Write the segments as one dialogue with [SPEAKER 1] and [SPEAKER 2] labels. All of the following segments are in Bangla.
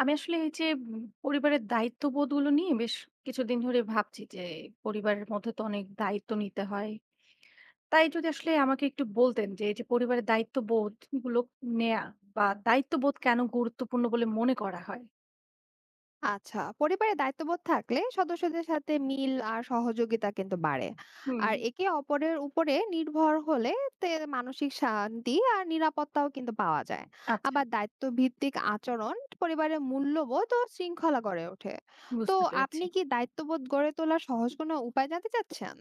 [SPEAKER 1] আমি আসলে এই যে পরিবারের দায়িত্ববোধগুলো নিয়ে বেশ কিছুদিন ধরে ভাবছি যে পরিবারের মধ্যে তো অনেক দায়িত্ব নিতে হয়। তাই যদি আসলে আমাকে একটু বলতেন যে এই যে পরিবারের দায়িত্ববোধ গুলো নেয়া বা দায়িত্ববোধ কেন গুরুত্বপূর্ণ বলে মনে করা হয়?
[SPEAKER 2] আচ্ছা, পরিবারে দায়িত্ববোধ থাকলে সদস্যদের সাথে মিল আর সহযোগিতা কিন্তু বাড়ে।
[SPEAKER 1] হুম।
[SPEAKER 2] আর একে অপরের উপরে নির্ভর হলে তে মানসিক শান্তি আর নিরাপত্তাও কিন্তু পাওয়া যায়।
[SPEAKER 1] আচ্ছা।
[SPEAKER 2] আবার দায়িত্ব ভিত্তিক আচরণ পরিবারের মূল্যবোধ ও শৃঙ্খলা গড়ে ওঠে। তো
[SPEAKER 1] বুঝতে পেরেছি।
[SPEAKER 2] আপনি কি দায়িত্ববোধ গড়ে তোলার সহজ কোনো উপায় জানতে চাচ্ছেন?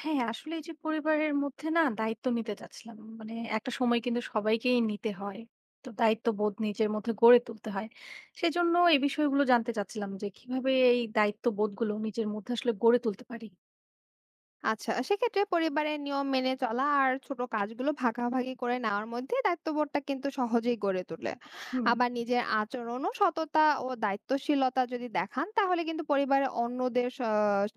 [SPEAKER 1] হ্যাঁ, আসলে এই যে পরিবারের মধ্যে না দায়িত্ব নিতে চাচ্ছিলাম। মানে একটা সময় কিন্তু সবাইকেই নিতে হয়। তো দায়িত্ববোধ নিজের মধ্যে গড়ে তুলতে হয়। সেজন্য এই বিষয়গুলো জানতে চাচ্ছিলাম যে কিভাবে এই দায়িত্ববোধগুলো নিজের মধ্যে আসলে গড়ে তুলতে পারি?
[SPEAKER 2] আচ্ছা, সেক্ষেত্রে পরিবারের নিয়ম মেনে চলা আর ছোট কাজগুলো ভাগাভাগি করে নেওয়ার মধ্যে দায়িত্ববোধটা কিন্তু সহজেই গড়ে তোলে।
[SPEAKER 1] হুম,
[SPEAKER 2] আবার নিজের আচরণও সততা ও দায়িত্বশীলতা যদি দেখান তাহলে কিন্তু পরিবারের অন্যদের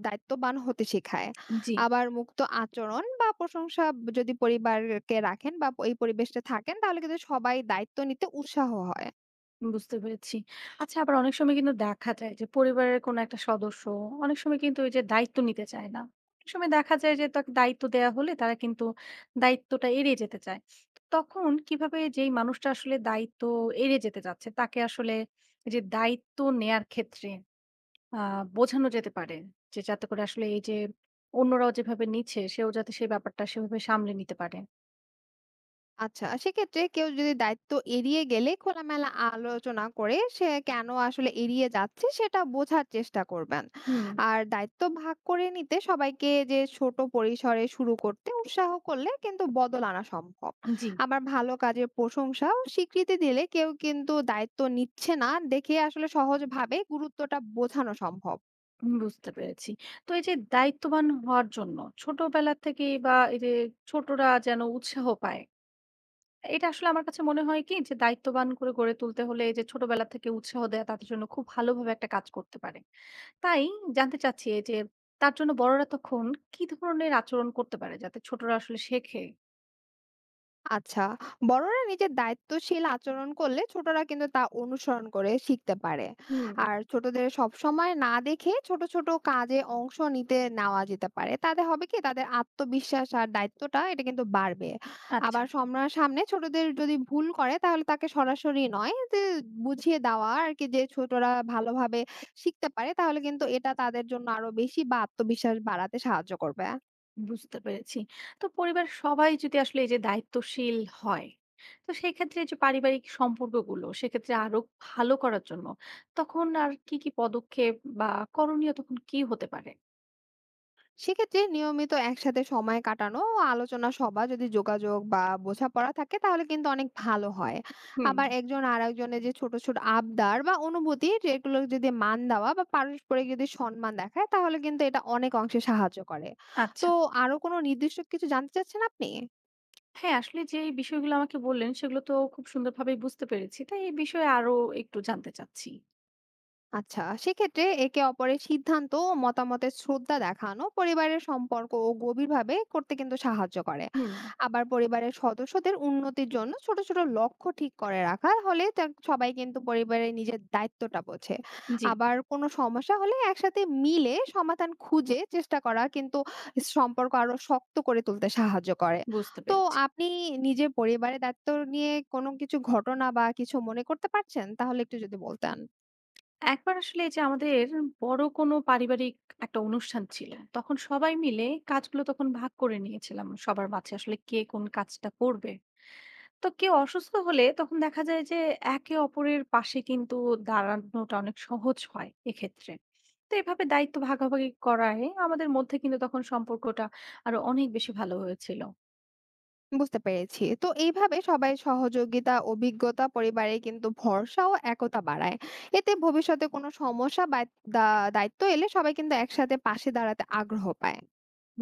[SPEAKER 2] দায়িত্ববান হতে শেখায়।
[SPEAKER 1] জি।
[SPEAKER 2] আবার মুক্ত আচরণ বা প্রশংসা যদি পরিবারকে রাখেন বা এই পরিবেশটা থাকেন তাহলে কিন্তু সবাই দায়িত্ব নিতে উৎসাহ হয়।
[SPEAKER 1] বুঝতে পেরেছি। আচ্ছা আবার অনেক সময় কিন্তু দেখা যায় যে পরিবারের কোনো একটা সদস্য অনেক সময় কিন্তু ওই যে দায়িত্ব নিতে চায় না। অনেক সময় দেখা যায় যে তাকে দায়িত্ব দেয়া হলে তারা কিন্তু দায়িত্বটা এড়িয়ে যেতে চায়। তো তখন কিভাবে যেই মানুষটা আসলে দায়িত্ব এড়িয়ে যেতে চাচ্ছে তাকে আসলে এই যে দায়িত্ব নেয়ার ক্ষেত্রে আ বোঝানো যেতে পারে যে যাতে করে আসলে এই যে অন্যরাও যেভাবে নিচ্ছে সেও যাতে সেই ব্যাপারটা সেভাবে সামলে নিতে পারে?
[SPEAKER 2] আচ্ছা, সেক্ষেত্রে কেউ যদি দায়িত্ব এড়িয়ে গেলে খোলামেলা আলোচনা করে সে কেন আসলে এড়িয়ে যাচ্ছে সেটা বোঝার চেষ্টা করবেন।
[SPEAKER 1] হুম।
[SPEAKER 2] আর দায়িত্ব ভাগ করে নিতে সবাইকে যে ছোট পরিসরে শুরু করতে উৎসাহ করলে কিন্তু বদল আনা সম্ভব।
[SPEAKER 1] জি।
[SPEAKER 2] আবার ভালো কাজের প্রশংসা ও স্বীকৃতি দিলে কেউ কিন্তু দায়িত্ব নিচ্ছে না দেখে আসলে সহজভাবে গুরুত্বটা বোঝানো সম্ভব।
[SPEAKER 1] বুঝতে পেরেছি। তো এই যে দায়িত্ববান হওয়ার জন্য ছোটবেলা থেকেই বা এই যে ছোটরা যেন উৎসাহ পায়। এটা আসলে আমার কাছে মনে হয় কি যে দায়িত্ববান করে গড়ে তুলতে হলে এই যে ছোটবেলা থেকে উৎসাহ দেয়া তাদের জন্য খুব ভালোভাবে একটা কাজ করতে পারে। তাই জানতে চাচ্ছি এই যে তার জন্য বড়রা তখন কি ধরনের আচরণ করতে পারে যাতে ছোটরা আসলে শেখে?
[SPEAKER 2] আচ্ছা, বড়রা নিজের দায়িত্বশীল আচরণ করলে ছোটরা কিন্তু তা অনুসরণ করে শিখতে পারে।
[SPEAKER 1] হুম।
[SPEAKER 2] আর ছোটদের সবসময় না দেখে ছোট, ছোট কাজে অংশ নিতে নেওয়া যেতে পারে। তাতে হবে কি তাদের আত্মবিশ্বাস আর দায়িত্বটা এটা কিন্তু বাড়বে।
[SPEAKER 1] আচ্ছা।
[SPEAKER 2] আবার সম্রার সামনে ছোটদের যদি ভুল করে তাহলে তাকে সরাসরি নয় যে বুঝিয়ে দেওয়া আরকি যে ছোটরা ভালোভাবে শিখতে পারে তাহলে কিন্তু এটা তাদের জন্য আরো বেশি বা আত্মবিশ্বাস বাড়াতে সাহায্য করবে।
[SPEAKER 1] বুঝতে পেরেছি। তো পরিবারের সবাই যদি আসলে এই যে দায়িত্বশীল হয়, তো সেই ক্ষেত্রে এই যে পারিবারিক সম্পর্কগুলো সেক্ষেত্রে আরো ভালো করার জন্য তখন আর কি, কি পদক্ষেপ বা করণীয় তখন কি হতে পারে?
[SPEAKER 2] সেক্ষেত্রে নিয়মিত একসাথে সময় কাটানো ও আলোচনা সভা যদি যোগাযোগ বা বোঝাপড়া থাকে তাহলে কিন্তু অনেক ভালো হয়।
[SPEAKER 1] হুম,
[SPEAKER 2] আবার একজন আরেকজনের যে ছোট ছোট আবদার বা অনুভূতি যেগুলো যদি মান দেওয়া বা পারস্পরিক যদি সম্মান দেখায় তাহলে কিন্তু এটা অনেক অংশে সাহায্য করে।
[SPEAKER 1] আচ্ছা।
[SPEAKER 2] তো আরো কোনো নির্দিষ্ট কিছু জানতে চাচ্ছেন আপনি?
[SPEAKER 1] হ্যাঁ, আসলে যে এই বিষয়গুলো আমাকে বললেন সেগুলো তো খুব সুন্দরভাবেই বুঝতে পেরেছি। তাই এই বিষয়ে আরো একটু জানতে চাচ্ছি।
[SPEAKER 2] আচ্ছা, সেক্ষেত্রে একে অপরের সিদ্ধান্ত ও মতামতের শ্রদ্ধা দেখানো পরিবারের সম্পর্ক ও গভীরভাবে করতে কিন্তু সাহায্য করে।
[SPEAKER 1] হুম।
[SPEAKER 2] আবার পরিবারের সদস্যদের উন্নতির জন্য ছোট ছোট লক্ষ্য ঠিক করে রাখা হলে সবাই কিন্তু পরিবারের নিজের দায়িত্বটা বোঝে।
[SPEAKER 1] জি,
[SPEAKER 2] আবার কোনো সমস্যা হলে একসাথে মিলে সমাধান খুঁজে চেষ্টা করা কিন্তু সম্পর্ক আরো শক্ত করে তুলতে সাহায্য করে।
[SPEAKER 1] বুঝতে
[SPEAKER 2] তো
[SPEAKER 1] পেরেছি।
[SPEAKER 2] আপনি নিজের পরিবারের দায়িত্ব নিয়ে কোনো কিছু ঘটনা বা কিছু মনে করতে পারছেন তাহলে একটু যদি বলতেন।
[SPEAKER 1] একবার আসলে এই যে আমাদের বড় কোনো পারিবারিক একটা অনুষ্ঠান ছিল। তখন সবাই মিলে কাজগুলো তখন ভাগ করে নিয়েছিলাম। সবার মাঝে আসলে কে কোন কাজটা করবে। তো কেউ অসুস্থ হলে তখন দেখা যায় যে একে অপরের পাশে কিন্তু দাঁড়ানোটা অনেক সহজ হয় এক্ষেত্রে। তো এভাবে দায়িত্ব ভাগাভাগি করায় আমাদের মধ্যে কিন্তু তখন সম্পর্কটা আরো অনেক বেশি ভালো হয়েছিল।
[SPEAKER 2] বুঝতে পেরেছি। তো এইভাবে সবাই সহযোগিতা, অভিজ্ঞতা পরিবারে কিন্তু ভরসা ও একতা বাড়ায়। এতে ভবিষ্যতে কোনো সমস্যা বা দা দায়িত্ব এলে সবাই কিন্তু একসাথে পাশে দাঁড়াতে আগ্রহ পায়।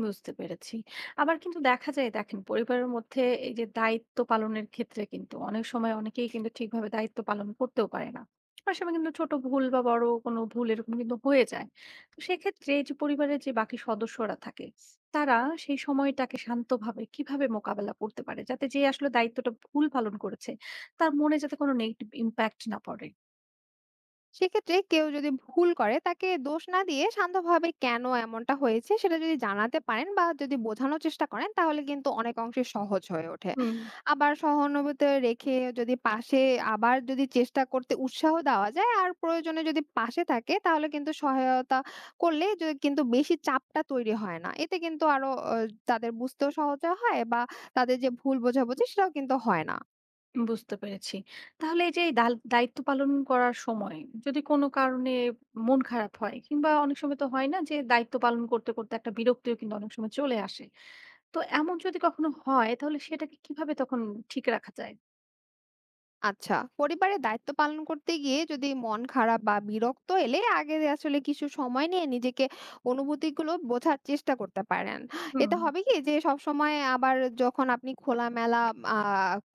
[SPEAKER 1] বুঝতে পেরেছি। আবার কিন্তু দেখা যায় দেখেন পরিবারের মধ্যে এই যে দায়িত্ব পালনের ক্ষেত্রে কিন্তু অনেক সময় অনেকেই কিন্তু ঠিকভাবে দায়িত্ব পালন করতেও পারে না। অনেক সময় কিন্তু ছোট ভুল বা বড় কোনো ভুল এরকম কিন্তু হয়ে যায়। তো সেক্ষেত্রে এই যে পরিবারের যে বাকি সদস্যরা থাকে, তারা সেই সময়টাকে শান্তভাবে কিভাবে মোকাবেলা করতে পারে? যাতে যে আসলে দায়িত্বটা ভুল পালন করেছে, তার মনে যাতে কোনো নেগেটিভ ইমপ্যাক্ট না পড়ে?
[SPEAKER 2] সেক্ষেত্রে কেউ যদি ভুল করে তাকে দোষ না দিয়ে শান্তভাবে কেন এমনটা হয়েছে সেটা যদি জানাতে পারেন বা যদি বোঝানোর চেষ্টা করেন তাহলে কিন্তু অনেক অংশে সহজ হয়ে ওঠে।
[SPEAKER 1] হুম।
[SPEAKER 2] আবার সহানুভূতি রেখে যদি পাশে আবার যদি চেষ্টা করতে উৎসাহ দেওয়া যায় আর প্রয়োজনে যদি পাশে থাকে তাহলে কিন্তু সহায়তা করলে যদি কিন্তু বেশি চাপটা তৈরি হয় না এতে কিন্তু আরো তাদের বুঝতেও সহজ হয় বা তাদের যে ভুল বোঝাবুঝি সেটাও কিন্তু হয় না।
[SPEAKER 1] বুঝতে পেরেছি। তাহলে এই যে এই দায়িত্ব পালন করার সময় যদি কোনো কারণে মন খারাপ হয় কিংবা অনেক সময় তো হয় না যে দায়িত্ব পালন করতে, করতে একটা বিরক্তিও কিন্তু অনেক সময় চলে আসে। তো এমন যদি কখনো হয় তাহলে সেটাকে কিভাবে তখন ঠিক রাখা যায়?
[SPEAKER 2] আচ্ছা, পরিবারের দায়িত্ব পালন করতে গিয়ে যদি মন খারাপ বা বিরক্ত এলে আগে আসলে কিছু সময় নিয়ে নিজেকে অনুভূতিগুলো বোঝার চেষ্টা করতে পারেন।
[SPEAKER 1] হুম,
[SPEAKER 2] এতে হবে কি যে সবসময় আবার যখন আপনি খোলামেলা আ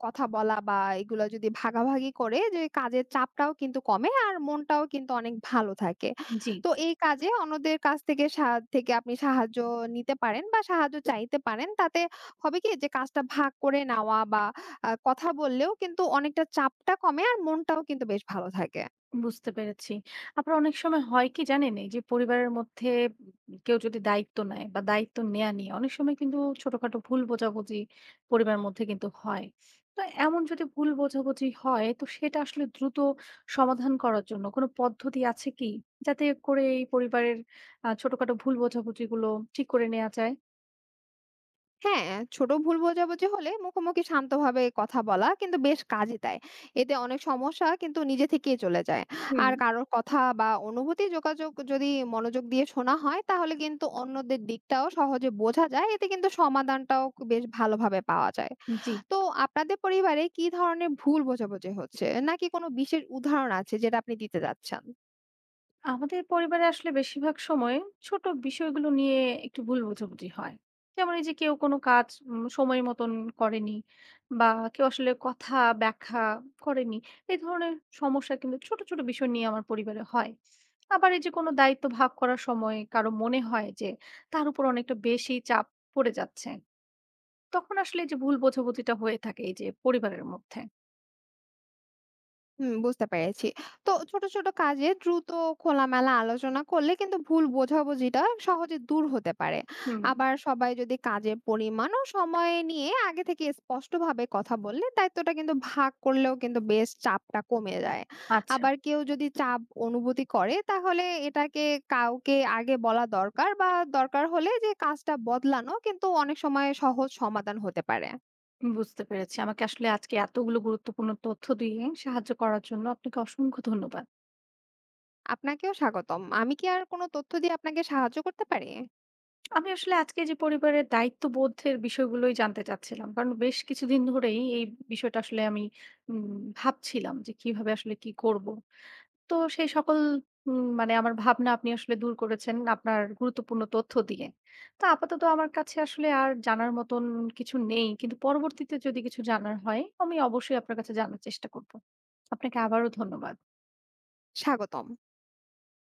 [SPEAKER 2] কথা বলা বা এগুলো যদি ভাগাভাগি করে যে কাজের চাপটাও কিন্তু কমে আর মনটাও কিন্তু অনেক ভালো থাকে।
[SPEAKER 1] জি।
[SPEAKER 2] তো এই কাজে অন্যদের কাছ থেকে আপনি সাহায্য নিতে পারেন বা সাহায্য চাইতে পারেন। তাতে হবে কি যে কাজটা ভাগ করে নেওয়া বা কথা বললেও কিন্তু অনেকটা চাপটা কমে আর মনটাও কিন্তু বেশ ভালো থাকে।
[SPEAKER 1] বুঝতে পেরেছি। আবার অনেক সময় হয় কি জানেন? এই যে পরিবারের মধ্যে কেউ যদি দায়িত্ব নেয় বা দায়িত্ব নেয়া নিয়ে অনেক সময় কিন্তু ছোটখাটো ভুল বোঝাবুঝি পরিবারের মধ্যে কিন্তু হয়। তো এমন যদি ভুল বোঝাবুঝি হয় তো সেটা আসলে দ্রুত সমাধান করার জন্য কোনো পদ্ধতি আছে কি? যাতে করে এই পরিবারের ছোটখাটো ভুল বোঝাবুঝিগুলো ঠিক করে নেয়া যায়?
[SPEAKER 2] হ্যাঁ, ছোট ভুল বোঝাবুঝি হলে মুখোমুখি শান্তভাবে কথা বলা কিন্তু বেশ কাজে দেয়। এতে অনেক সমস্যা কিন্তু নিজে থেকেই চলে যায়।
[SPEAKER 1] হুম।
[SPEAKER 2] আর কারোর কথা বা অনুভূতি যোগাযোগ যদি মনোযোগ দিয়ে শোনা হয় তাহলে কিন্তু অন্যদের দিকটাও সহজে বোঝা যায়। এতে কিন্তু সমাধানটাও বেশ ভালোভাবে পাওয়া যায়।
[SPEAKER 1] জি।
[SPEAKER 2] তো আপনাদের পরিবারে কি ধরনের ভুল বোঝাবুঝি হচ্ছে? নাকি কোনো বিশেষ উদাহরণ আছে যেটা আপনি দিতে যাচ্ছেন?
[SPEAKER 1] আমাদের পরিবারে আসলে বেশিরভাগ সময় ছোট বিষয়গুলো নিয়ে একটু ভুল বোঝাবুঝি হয় যেমন এই যে কেউ কোনো কাজ সময় মতন করেনি বা কেউ আসলে কথা ব্যাখ্যা করেনি এই ধরনের সমস্যা কিন্তু ছোট ছোট বিষয় নিয়ে আমার পরিবারে হয়। আবার এই যে কোনো দায়িত্ব ভাগ করার সময় কারো মনে হয় যে তার উপর অনেকটা বেশি চাপ পড়ে যাচ্ছে তখন আসলে এই যে ভুল বোঝাবুঝিটা হয়ে থাকে এই যে পরিবারের মধ্যে।
[SPEAKER 2] হুম, বুঝতে পেরেছি। তো ছোট, ছোট কাজে দ্রুত খোলামেলা আলোচনা করলে কিন্তু ভুল বোঝাবুঝিটা সহজে দূর হতে পারে।
[SPEAKER 1] হুম।
[SPEAKER 2] আবার সবাই যদি কাজের পরিমাণ ও সময় নিয়ে আগে থেকে স্পষ্টভাবে কথা বললে দায়িত্বটা কিন্তু ভাগ করলেও কিন্তু বেশ চাপটা কমে যায়।
[SPEAKER 1] আচ্ছা।
[SPEAKER 2] আবার কেউ যদি চাপ অনুভূতি করে তাহলে এটাকে কাউকে আগে বলা দরকার বা দরকার হলে যে কাজটা বদলানো কিন্তু অনেক সময় সহজ সমাধান হতে পারে।
[SPEAKER 1] বুঝতে পেরেছি। আমাকে আসলে আজকে এতগুলো গুরুত্বপূর্ণ তথ্য দিয়ে সাহায্য করার জন্য আপনাকে অসংখ্য ধন্যবাদ।
[SPEAKER 2] আপনাকেও স্বাগতম। আমি কি আর কোনো তথ্য দিয়ে আপনাকে সাহায্য করতে পারি?
[SPEAKER 1] আমি আসলে আজকে যে পরিবারের দায়িত্ববোধের বিষয়গুলোই জানতে চাচ্ছিলাম। কারণ বেশ কিছুদিন ধরেই এই বিষয়টা আসলে আমি ভাবছিলাম যে কিভাবে আসলে কি করব। তো সেই সকল মানে আমার ভাবনা আপনি আসলে দূর করেছেন আপনার গুরুত্বপূর্ণ তথ্য দিয়ে। তো আপাতত আমার কাছে আসলে আর জানার মতন কিছু নেই। কিন্তু পরবর্তীতে যদি কিছু জানার হয় আমি অবশ্যই আপনার কাছে জানার চেষ্টা করব। আপনাকে আবারও ধন্যবাদ।
[SPEAKER 2] স্বাগতম।